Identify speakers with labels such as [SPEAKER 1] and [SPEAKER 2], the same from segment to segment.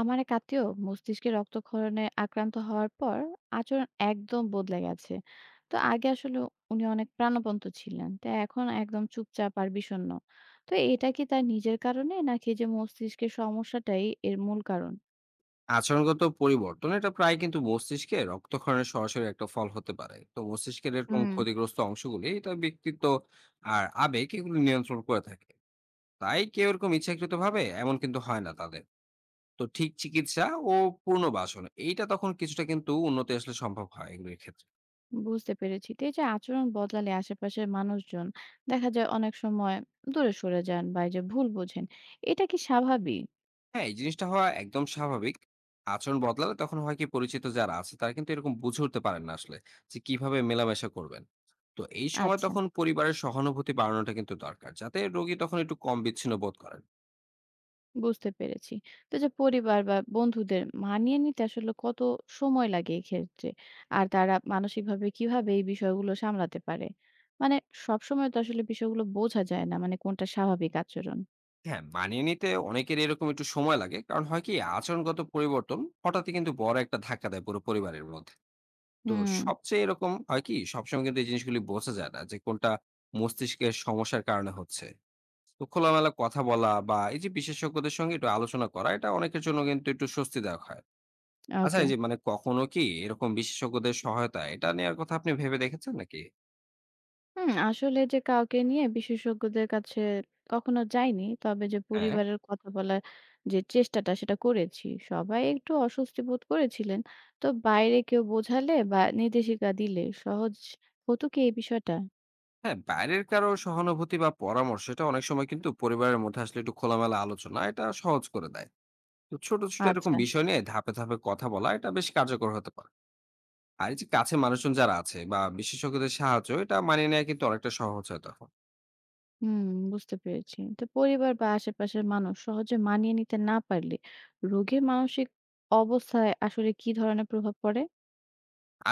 [SPEAKER 1] আমার এক আত্মীয় মস্তিষ্কে রক্তক্ষরণে আক্রান্ত হওয়ার পর আচরণ একদম বদলে গেছে। তো আগে আসলে উনি অনেক প্রাণবন্ত ছিলেন, তো এখন একদম চুপচাপ আর বিষণ্ণ। তো এটা কি তার নিজের কারণে নাকি এই যে মস্তিষ্কের সমস্যাটাই এর মূল কারণ?
[SPEAKER 2] আচরণগত পরিবর্তন এটা প্রায় কিন্তু মস্তিষ্কে রক্তক্ষরণের সরাসরি একটা ফল হতে পারে। তো মস্তিষ্কের এরকম
[SPEAKER 1] হুম।
[SPEAKER 2] ক্ষতিগ্রস্ত অংশগুলি এটা ব্যক্তিত্ব আর আবেগ এগুলো নিয়ন্ত্রণ করে থাকে। তাই কেউ এরকম ইচ্ছাকৃত ভাবে এমন কিন্তু হয় না তাদের। তো ঠিক চিকিৎসা ও পূর্ণ বাসন এইটা তখন কিছুটা কিন্তু উন্নতি আসলে সম্ভব হয় এগুলির ক্ষেত্রে।
[SPEAKER 1] বুঝতে পেরেছি। তো এই যে আচরণ বদলালে আশেপাশের মানুষজন দেখা যায় অনেক সময় দূরে সরে যান বা এই যে ভুল বোঝেন, এটা কি স্বাভাবিক?
[SPEAKER 2] হ্যাঁ, এই জিনিসটা হওয়া একদম স্বাভাবিক। আচরণ বদলালে তখন হয় কি পরিচিত যারা আছে তারা কিন্তু এরকম বুঝে উঠতে পারেন না আসলে যে কিভাবে মেলামেশা করবেন। তো এই সময়
[SPEAKER 1] আচ্ছা,
[SPEAKER 2] তখন পরিবারের সহানুভূতি বাড়ানোটা কিন্তু দরকার। যাতে রোগী তখন একটু কম বিচ্ছিন্ন বোধ করেন।
[SPEAKER 1] বুঝতে পেরেছি। তো যে পরিবার বা বন্ধুদের মানিয়ে নিতে আসলে কত সময় লাগে এক্ষেত্রে? আর তারা মানসিকভাবে কিভাবে এই বিষয়গুলো সামলাতে পারে? মানে সবসময় তো আসলে বিষয়গুলো বোঝা যায় না, মানে কোনটা স্বাভাবিক আচরণ।
[SPEAKER 2] হ্যাঁ, মানিয়ে নিতে অনেকের এরকম একটু সময় লাগে। কারণ হয় কি আচরণগত পরিবর্তন হঠাৎই কিন্তু বড় একটা ধাক্কা দেয় পুরো পরিবারের মধ্যে। তো
[SPEAKER 1] হুম,
[SPEAKER 2] সবচেয়ে এরকম হয় কি সবসময় কিন্তু এই জিনিসগুলি বোঝা যায় না যে কোনটা মস্তিষ্কের সমস্যার কারণে হচ্ছে। তো খোলামেলা কথা বলা বা এই যে বিশেষজ্ঞদের সঙ্গে একটু আলোচনা করা এটা অনেকের জন্য কিন্তু একটু স্বস্তিদায়ক হয়। আচ্ছা
[SPEAKER 1] ওকে।
[SPEAKER 2] এই যে মানে কখনো কি এরকম বিশেষজ্ঞদের সহায়তা এটা নেওয়ার কথা আপনি ভেবে দেখেছেন নাকি?
[SPEAKER 1] হুম, আসলে যে কাউকে নিয়ে বিশেষজ্ঞদের কাছে কখনো যাইনি। তবে যে
[SPEAKER 2] হ্যাঁ,
[SPEAKER 1] পরিবারের কথা বলার যে চেষ্টাটা সেটা করেছি। সবাই একটু অস্বস্তি বোধ করেছিলেন। তো বাইরে কেউ বোঝালে বা নির্দেশিকা দিলে সহজ হতো কি এই বিষয়টা?
[SPEAKER 2] হ্যাঁ, বাইরের কারো সহানুভূতি বা পরামর্শ এটা অনেক সময় কিন্তু পরিবারের মধ্যে আসলে একটু খোলামেলা আলোচনা এটা সহজ করে দেয়। তো ছোট ছোট এরকম
[SPEAKER 1] আচ্ছা।
[SPEAKER 2] বিষয় নিয়ে ধাপে ধাপে কথা বলা এটা বেশ কার্যকর হতে পারে। আর এই যে কাছে মানুষজন যারা আছে বা বিশেষজ্ঞদের সাহায্য এটা মানিয়ে নেওয়া কিন্তু অনেকটা সহজ হয় তখন।
[SPEAKER 1] হুম, বুঝতে পেরেছি। তো পরিবার বা আশেপাশের মানুষ সহজে মানিয়ে নিতে না পারলে রোগীর মানসিক অবস্থায় আসলে কি ধরনের প্রভাব পড়ে?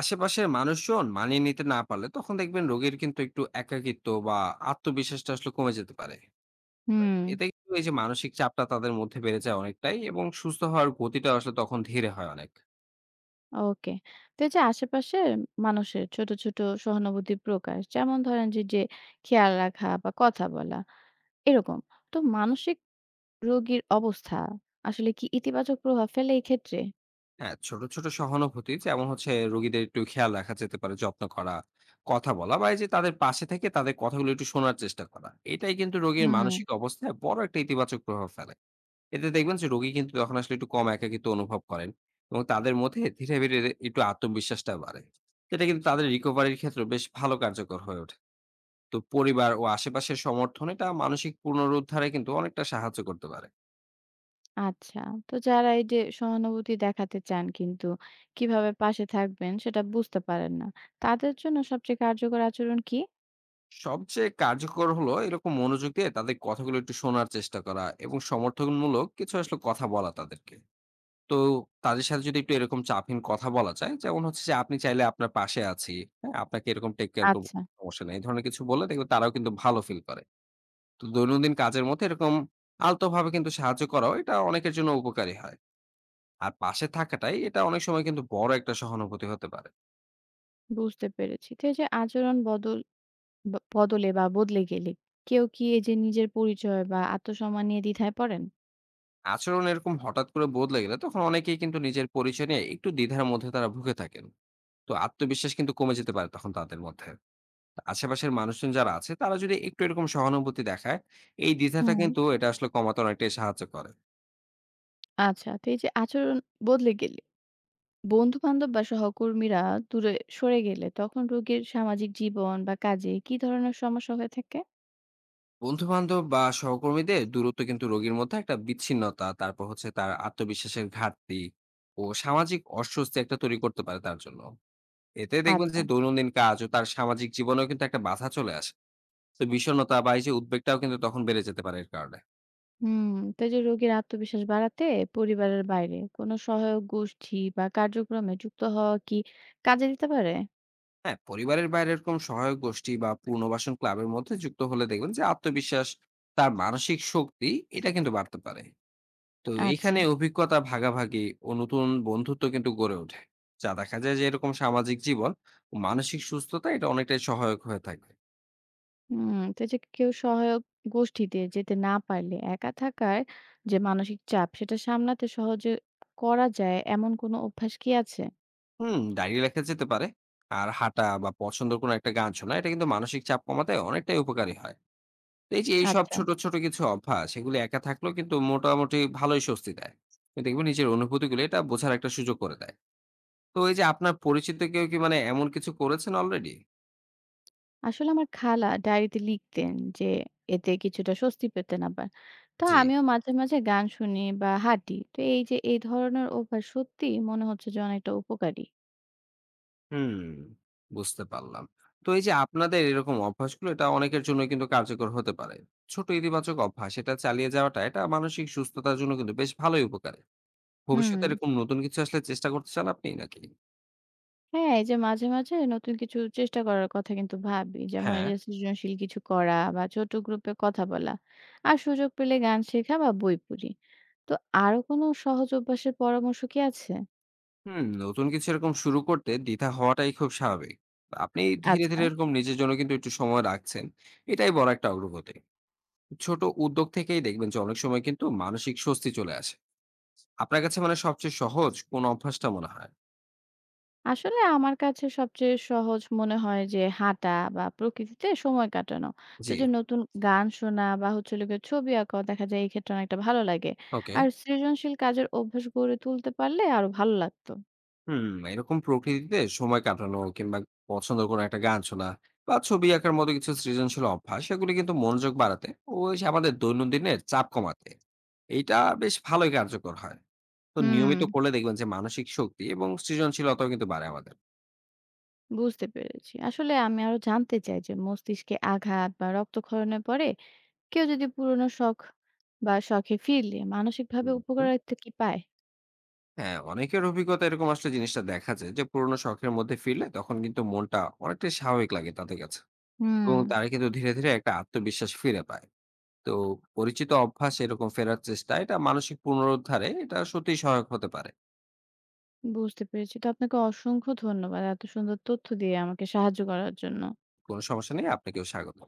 [SPEAKER 2] আশেপাশের মানুষজন মানিয়ে নিতে না পারলে তখন দেখবেন রোগীর কিন্তু একটু একাকিত্ব বা আত্মবিশ্বাসটা আসলে কমে যেতে পারে।
[SPEAKER 1] হুম,
[SPEAKER 2] এতে কিন্তু এই যে মানসিক চাপটা তাদের মধ্যে বেড়ে যায় অনেকটাই এবং সুস্থ হওয়ার গতিটা আসলে তখন ধীরে হয় অনেক।
[SPEAKER 1] ওকে। তো এই যে আশেপাশের মানুষের ছোট, ছোট সহানুভূতির প্রকাশ, যেমন ধরেন যে খেয়াল রাখা বা কথা বলা এরকম। তো মানসিক রোগীর অবস্থা আসলে কি ইতিবাচক প্রভাব ফেলে এই ক্ষেত্রে?
[SPEAKER 2] হ্যাঁ, ছোট ছোট সহানুভূতি যেমন হচ্ছে রোগীদের একটু খেয়াল রাখা যেতে পারে, যত্ন করা, কথা বলা বা এই যে তাদের পাশে থেকে তাদের কথাগুলো একটু শোনার চেষ্টা করা এটাই কিন্তু রোগীর
[SPEAKER 1] হুম।
[SPEAKER 2] মানসিক অবস্থায় বড় একটা ইতিবাচক প্রভাব ফেলে। এতে দেখবেন যে রোগী কিন্তু তখন আসলে একটু কম একাকিত্ব অনুভব করেন এবং তাদের মধ্যে ধীরে ধীরে একটু আত্মবিশ্বাসটা বাড়ে। এটা কিন্তু তাদের রিকভারির ক্ষেত্রে বেশ ভালো কার্যকর হয়ে ওঠে। তো পরিবার ও আশেপাশের সমর্থন এটা মানসিক পুনরুদ্ধারে কিন্তু অনেকটা সাহায্য করতে পারে।
[SPEAKER 1] আচ্ছা। তো যারা এই যে সহানুভূতি দেখাতে চান কিন্তু কিভাবে পাশে থাকবেন সেটা বুঝতে পারেন না, তাদের জন্য সবচেয়ে কার্যকর আচরণ কি?
[SPEAKER 2] সবচেয়ে কার্যকর হলো এরকম মনোযোগ দিয়ে তাদের কথাগুলো একটু শোনার চেষ্টা করা এবং সমর্থনমূলক কিছু আসলে কথা বলা তাদেরকে। তো তাদের সাথে যদি একটু এরকম চাপহীন কথা বলা যায়, যেমন হচ্ছে যে আপনি চাইলে আপনার পাশে আছি। হ্যাঁ? আপনাকে এরকম টেক কেয়ার করব।
[SPEAKER 1] আচ্ছা।
[SPEAKER 2] সমস্যা নেই। এই ধরনের কিছু বললে দেখবেন তারাও কিন্তু ভালো ফিল করে। তো দৈনন্দিন কাজের মধ্যে এরকম আলতোভাবে কিন্তু সাহায্য করাও এটা অনেকের জন্য উপকারী হয়। আর পাশে থাকাটাই এটা অনেক সময় কিন্তু বড় একটা সহানুভূতি হতে পারে।
[SPEAKER 1] বুঝতে পেরেছি। তো এই যে আচরণ বদল ব বদলে বা বদলে গেলে কেউ কি এই যে নিজের পরিচয় বা আত্মসম্মান নিয়ে দ্বিধায় পড়েন?
[SPEAKER 2] আচরণ এরকম হঠাৎ করে বদলে গেলে তখন অনেকেই কিন্তু নিজের পরিচয় নিয়ে একটু দ্বিধার মধ্যে তারা ভুগে থাকেন। তো আত্মবিশ্বাস কিন্তু কমে যেতে পারে তখন তাদের মধ্যে। আশেপাশের মানুষজন যারা আছে তারা যদি একটু এরকম সহানুভূতি দেখায়, এই দ্বিধাটা
[SPEAKER 1] হুম।
[SPEAKER 2] কিন্তু এটা আসলে কমাতে অনেকটাই সাহায্য করে।
[SPEAKER 1] আচ্ছা। তো এই যে আচরণ বদলে গেলে বন্ধু-বান্ধব বা সহকর্মীরা দূরে সরে গেলে তখন রোগীর সামাজিক জীবন বা কাজে কি ধরনের সমস্যা হয়ে থাকে?
[SPEAKER 2] বন্ধু বান্ধব বা সহকর্মীদের দূরত্ব কিন্তু রোগীর মধ্যে একটা বিচ্ছিন্নতা, তারপর হচ্ছে তার আত্মবিশ্বাসের ঘাটতি ও সামাজিক অস্বস্তি একটা তৈরি করতে পারে তার জন্য। এতে দেখবেন
[SPEAKER 1] আচ্ছা।
[SPEAKER 2] যে দৈনন্দিন কাজ ও তার সামাজিক জীবনেও কিন্তু একটা বাধা চলে আসে। তো বিষণ্ণতা বা এই যে উদ্বেগটাও কিন্তু তখন বেড়ে যেতে পারে এর কারণে।
[SPEAKER 1] হুম। তো এই যে রোগীর আত্মবিশ্বাস বাড়াতে পরিবারের বাইরে কোনো সহায়ক গোষ্ঠী বা কার্যক্রমে যুক্ত হওয়া কি কাজে দিতে পারে?
[SPEAKER 2] হ্যাঁ, পরিবারের বাইরে এরকম সহায়ক গোষ্ঠী বা পুনর্বাসন ক্লাবের মধ্যে যুক্ত হলে দেখবেন যে আত্মবিশ্বাস, তার মানসিক শক্তি এটা কিন্তু বাড়তে পারে। তো
[SPEAKER 1] আচ্ছা।
[SPEAKER 2] এইখানে অভিজ্ঞতা ভাগাভাগি ও নতুন বন্ধুত্ব কিন্তু গড়ে ওঠে। যা দেখা যায় যে এরকম সামাজিক জীবন ও মানসিক সুস্থতা এটা অনেকটাই সহায়ক হয়ে থাকে।
[SPEAKER 1] হুম। তো এই যে কেউ সহায়ক গোষ্ঠীতে যেতে না পারলে একা থাকার যে মানসিক চাপ সেটা সামলাতে সহজে করা যায় এমন কোনো অভ্যাস কি আছে?
[SPEAKER 2] ডায়েরি লেখা যেতে পারে। আর হাঁটা বা পছন্দের কোনো একটা গান শোনা এটা কিন্তু মানসিক চাপ কমাতে অনেকটাই উপকারী হয়। এই যে এইসব
[SPEAKER 1] আচ্ছা।
[SPEAKER 2] ছোট, ছোট কিছু অভ্যাস এগুলো একা থাকলেও কিন্তু মোটামুটি ভালোই স্বস্তি দেয়। দেখবেন নিজের অনুভূতিগুলো এটা বোঝার একটা সুযোগ করে দেয়। তো এই যে আপনার পরিচিত কেউ কি মানে এমন কিছু করেছেন অলরেডি?
[SPEAKER 1] আসলে আমার খালা ডায়েরিতে লিখতেন যে এতে কিছুটা স্বস্তি পেতেন। আবার তো
[SPEAKER 2] জি।
[SPEAKER 1] আমিও মাঝে মাঝে গান শুনি বা হাঁটি, তো এই যে এই ধরনের অভ্যাস সত্যি মনে হচ্ছে যে অনেকটা উপকারী।
[SPEAKER 2] হুম, বুঝতে পারলাম। তো এই যে আপনাদের এরকম অভ্যাসগুলো এটা অনেকের জন্য কিন্তু কার্যকর হতে পারে। ছোট ইতিবাচক অভ্যাস এটা চালিয়ে যাওয়াটা এটা মানসিক সুস্থতার জন্য কিন্তু বেশ ভালোই উপকারী।
[SPEAKER 1] হুম।
[SPEAKER 2] ভবিষ্যতে এরকম নতুন কিছু আসলে চেষ্টা করতে চান আপনি নাকি?
[SPEAKER 1] হ্যাঁ, এই যে মাঝে, মাঝে নতুন কিছু চেষ্টা করার কথা কিন্তু ভাবি। যেমন এই
[SPEAKER 2] হ্যাঁ।
[SPEAKER 1] যে সৃজনশীল কিছু করা বা ছোট গ্রুপে কথা বলা। আর সুযোগ পেলে গান শেখা বা বই পড়ি। তো আরো কোনো সহজ অভ্যাসের পরামর্শ কি আছে?
[SPEAKER 2] নতুন কিছু এরকম শুরু করতে দ্বিধা হওয়াটাই খুব স্বাভাবিক। আপনি ধীরে
[SPEAKER 1] আচ্ছা।
[SPEAKER 2] ধীরে এরকম নিজের জন্য কিন্তু একটু সময় রাখছেন, এটাই বড় একটা অগ্রগতি। ছোট উদ্যোগ থেকেই দেখবেন যে অনেক সময় কিন্তু মানসিক স্বস্তি চলে আসে। আপনার কাছে মানে সবচেয়ে সহজ কোন অভ্যাসটা মনে হয়?
[SPEAKER 1] আসলে আমার কাছে সবচেয়ে সহজ মনে হয় যে হাঁটা বা প্রকৃতিতে সময় কাটানো। তো
[SPEAKER 2] জি।
[SPEAKER 1] যে নতুন গান শোনা বা হচ্ছে হলো গিয়ে ছবি আঁকাও দেখা যায় এই ক্ষেত্রে অনেকটা ভালো লাগে।
[SPEAKER 2] ওকে।
[SPEAKER 1] আর সৃজনশীল কাজের অভ্যাস গড়ে তুলতে পারলে আরো ভালো লাগতো।
[SPEAKER 2] হুম এরকম প্রকৃতিতে সময় কাটানো কিংবা পছন্দ কোনো একটা গান শোনা বা ছবি আঁকার মতো কিছু সৃজনশীল অভ্যাস সেগুলি কিন্তু মনোযোগ বাড়াতে ও এসে আমাদের দৈনন্দিনের চাপ কমাতে এটা বেশ ভালোই কার্যকর হয়। তো
[SPEAKER 1] হুম।
[SPEAKER 2] নিয়মিত করলে দেখবেন যে মানসিক শক্তি এবং সৃজনশীলতাও কিন্তু বাড়ে আমাদের।
[SPEAKER 1] বুঝতে পেরেছি। আসলে আমি আরো জানতে চাই যে মস্তিষ্কে আঘাত বা রক্তক্ষরণের পরে কেউ যদি পুরনো শখ বা শখে ফিরলে মানসিকভাবে
[SPEAKER 2] হুম, হুম।
[SPEAKER 1] উপকারিতা কি পায়?
[SPEAKER 2] হ্যাঁ, অনেকের অভিজ্ঞতা এরকম আসলে জিনিসটা দেখা যায় যে পুরোনো শখের মধ্যে ফিরলে তখন কিন্তু মনটা অনেকটাই স্বাভাবিক লাগে তাদের কাছে এবং
[SPEAKER 1] হুম,
[SPEAKER 2] তারা কিন্তু ধীরে ধীরে একটা আত্মবিশ্বাস ফিরে পায়। তো পরিচিত অভ্যাস এরকম ফেরার চেষ্টা এটা মানসিক পুনরুদ্ধারে এটা সত্যিই সহায়ক হতে পারে।
[SPEAKER 1] বুঝতে পেরেছি। তো আপনাকে অসংখ্য ধন্যবাদ এত সুন্দর তথ্য দিয়ে আমাকে সাহায্য করার জন্য।
[SPEAKER 2] কোনো সমস্যা নেই, আপনাকেও স্বাগত।